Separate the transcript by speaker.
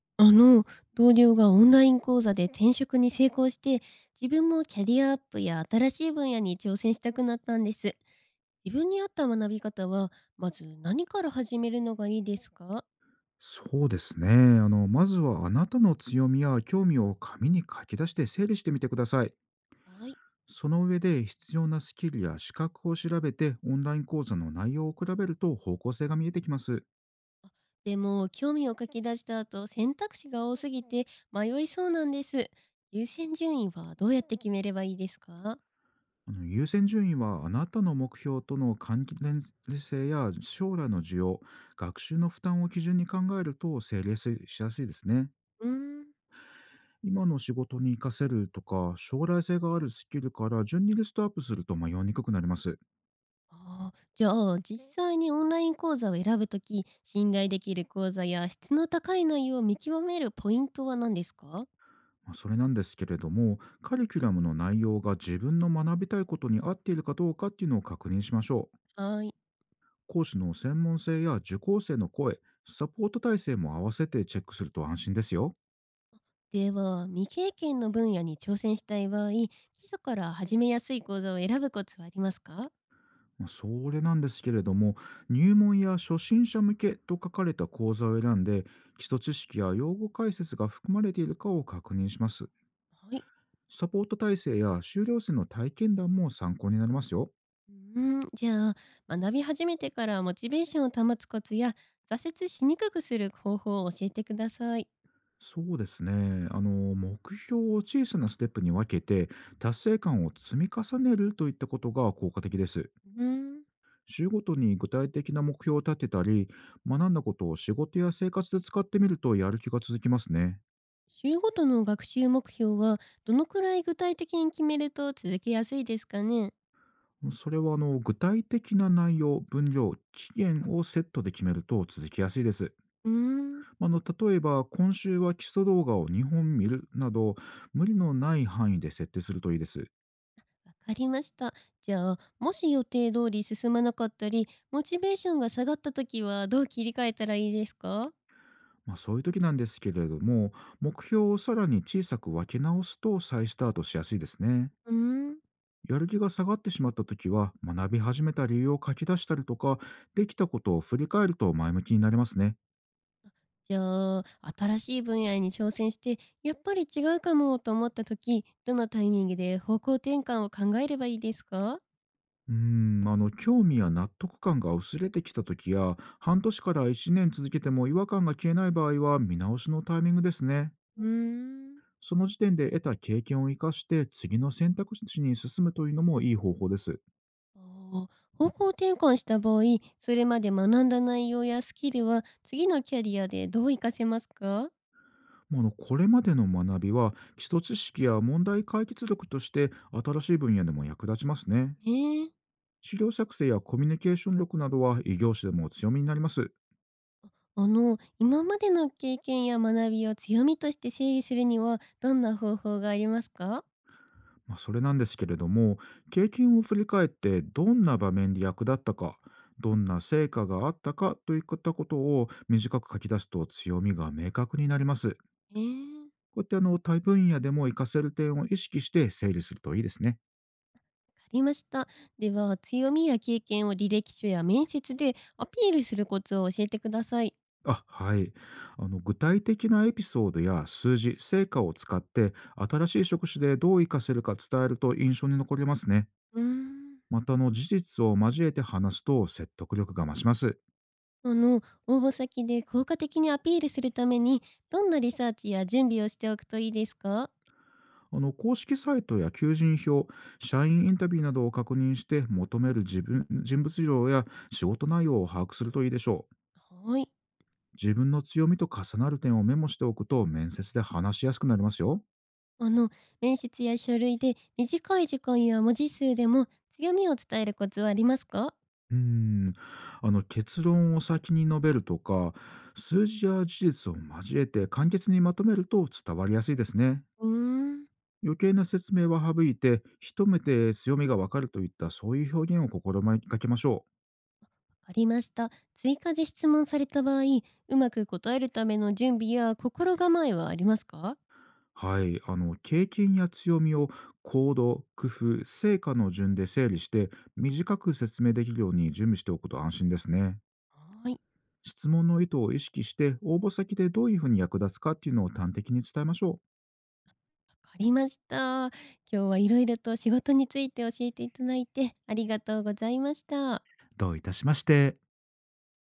Speaker 1: あの、同僚がオンライン講座で転職に成功して、自分もキャリアアップや新しい分野に挑戦したくなったんです。自分に合った学び方は、まず何から始めるのがいいですか？
Speaker 2: そうですね。まずはあなたの強みや興味を紙に書き出して整理してみてください。
Speaker 1: はい。
Speaker 2: その上で必要なスキルや資格を調べてオンライン講座の内容を比べると方向性が見えてきます。
Speaker 1: でも、興味を書き出した後、選択肢が多すぎて迷いそうなんです。優先順位はどうやって決めればいいですか？
Speaker 2: 優先順位はあなたの目標との関連性や将来の需要、学習の負担を基準に考えると整理しやすいですね。
Speaker 1: うーん。
Speaker 2: 今の仕事に活かせるとか将来性があるスキルから順にリストアップすると迷いにくくなります。
Speaker 1: ああ、じゃあ実際にオンライン講座を選ぶとき、信頼できる講座や質の高い内容を見極めるポイントは何ですか？
Speaker 2: それなんですけれども、カリキュラムの内容が自分の学びたいことに合っているかどうかっていうのを確認しましょう。
Speaker 1: はい。
Speaker 2: 講師の専門性や受講生の声、サポート体制も合わせてチェックすると安心ですよ。
Speaker 1: では、未経験の分野に挑戦したい場合、基礎から始めやすい講座を選ぶコツはありますか？
Speaker 2: それなんですけれども、入門や初心者向けと書かれた講座を選んで、基礎知識や用語解説が含まれているかを確認します。
Speaker 1: はい。
Speaker 2: サポート体制や修了生の体験談も参考になりますよ。
Speaker 1: うーん、じゃあ、学び始めてからモチベーションを保つコツや、挫折しにくくする方法を教えてください。
Speaker 2: そうですね。目標を小さなステップに分けて、達成感を積み重ねるといったことが効果的です。
Speaker 1: うーん、
Speaker 2: 週ごとに具体的な目標を立てたり、学んだことを仕事や生活で使ってみるとやる気が続きますね。
Speaker 1: 週ごとの学習目標は、どのくらい具体的に決めると続けやすいですかね？
Speaker 2: それは、具体的な内容、分量、期限をセットで決めると続きやすいです。
Speaker 1: うーん、
Speaker 2: あの、例えば、今週は基礎動画を2本見るなど、無理のない範囲で設定するといいです。
Speaker 1: わかりました。じゃあ、もし予定通り進まなかったり、モチベーションが下がった時はどう切り替えたらいいですか？
Speaker 2: そういう時なんですけれども、目標をさらに小さく分け直すと再スタートしやすいですね。
Speaker 1: うーん、
Speaker 2: やる気が下がってしまった時は、学び始めた理由を書き出したりとか、できたことを振り返ると前向きになれますね。
Speaker 1: じゃあ、新しい分野に挑戦して、やっぱり違うかもと思った時、どのタイミングで方向転換を考えればいいですか？
Speaker 2: うーん、興味や納得感が薄れてきた時や、半年から1年続けても違和感が消えない場合は、見直しのタイミングですね。
Speaker 1: うーん。
Speaker 2: その時点で得た経験を生かして、次の選択肢に進むというのもいい方法です。
Speaker 1: ああ、方向転換した場合、それまで学んだ内容やスキルは次のキャリアでどう活かせますか？
Speaker 2: これまでの学びは基礎知識や問題解決力として新しい分野でも役立ちますね。
Speaker 1: ええ。
Speaker 2: 資料作成やコミュニケーション力などは異業種でも強みになります。
Speaker 1: 今までの経験や学びを強みとして整理するには、どんな方法がありますか？
Speaker 2: それなんですけれども、経験を振り返って、どんな場面で役立ったか、どんな成果があったかといったことを短く書き出すと強みが明確になります。
Speaker 1: ええ。わ
Speaker 2: こうやって多分野でも活かせる点を意識して整理するといいですね。
Speaker 1: かりました。では、強みや経験を履歴書や面接でアピールするコツを教えてください。
Speaker 2: あ、はい。具体的なエピソードや数字、成果を使って新しい職種でどう活かせるか伝えると印象に残りますね。
Speaker 1: うーん。
Speaker 2: また事実を交えて話すと説得力が増します。
Speaker 1: あの、応募先で効果的にアピールするために、どんなリサーチや準備をしておくといいですか？
Speaker 2: 公式サイトや求人票、社員インタビューなどを確認して求める自分人物像や仕事内容を把握するといいでしょう。
Speaker 1: はい。
Speaker 2: 自分の強みと重なる点をメモしておくと面接で話しやすくなりますよ。
Speaker 1: あの、面接や書類で短い時間や文字数でも強みを伝えるコツはありますか？
Speaker 2: うーん、結論を先に述べるとか、数字や事実を交えて簡潔にまとめると伝わりやすいですね。
Speaker 1: うーん。
Speaker 2: 余計な説明は省いて、一目で強みがわかるといったそういう表現を心がけましょう。
Speaker 1: わかりました。追加で質問された場合、うまく答えるための準備や心構えはありますか？は
Speaker 2: はい、経験や強みを行動、工夫、成果の順で整理して、短く説明できるように準備しておくと安心ですね。
Speaker 1: ーい、わ
Speaker 2: 質問の意図を意識して、応募先でどういうふうに役立つかっていうのを端的に伝えましょう。
Speaker 1: かりました。今日はいろいろと仕事について教えていただいてありがとうございました。
Speaker 2: どういたしまして。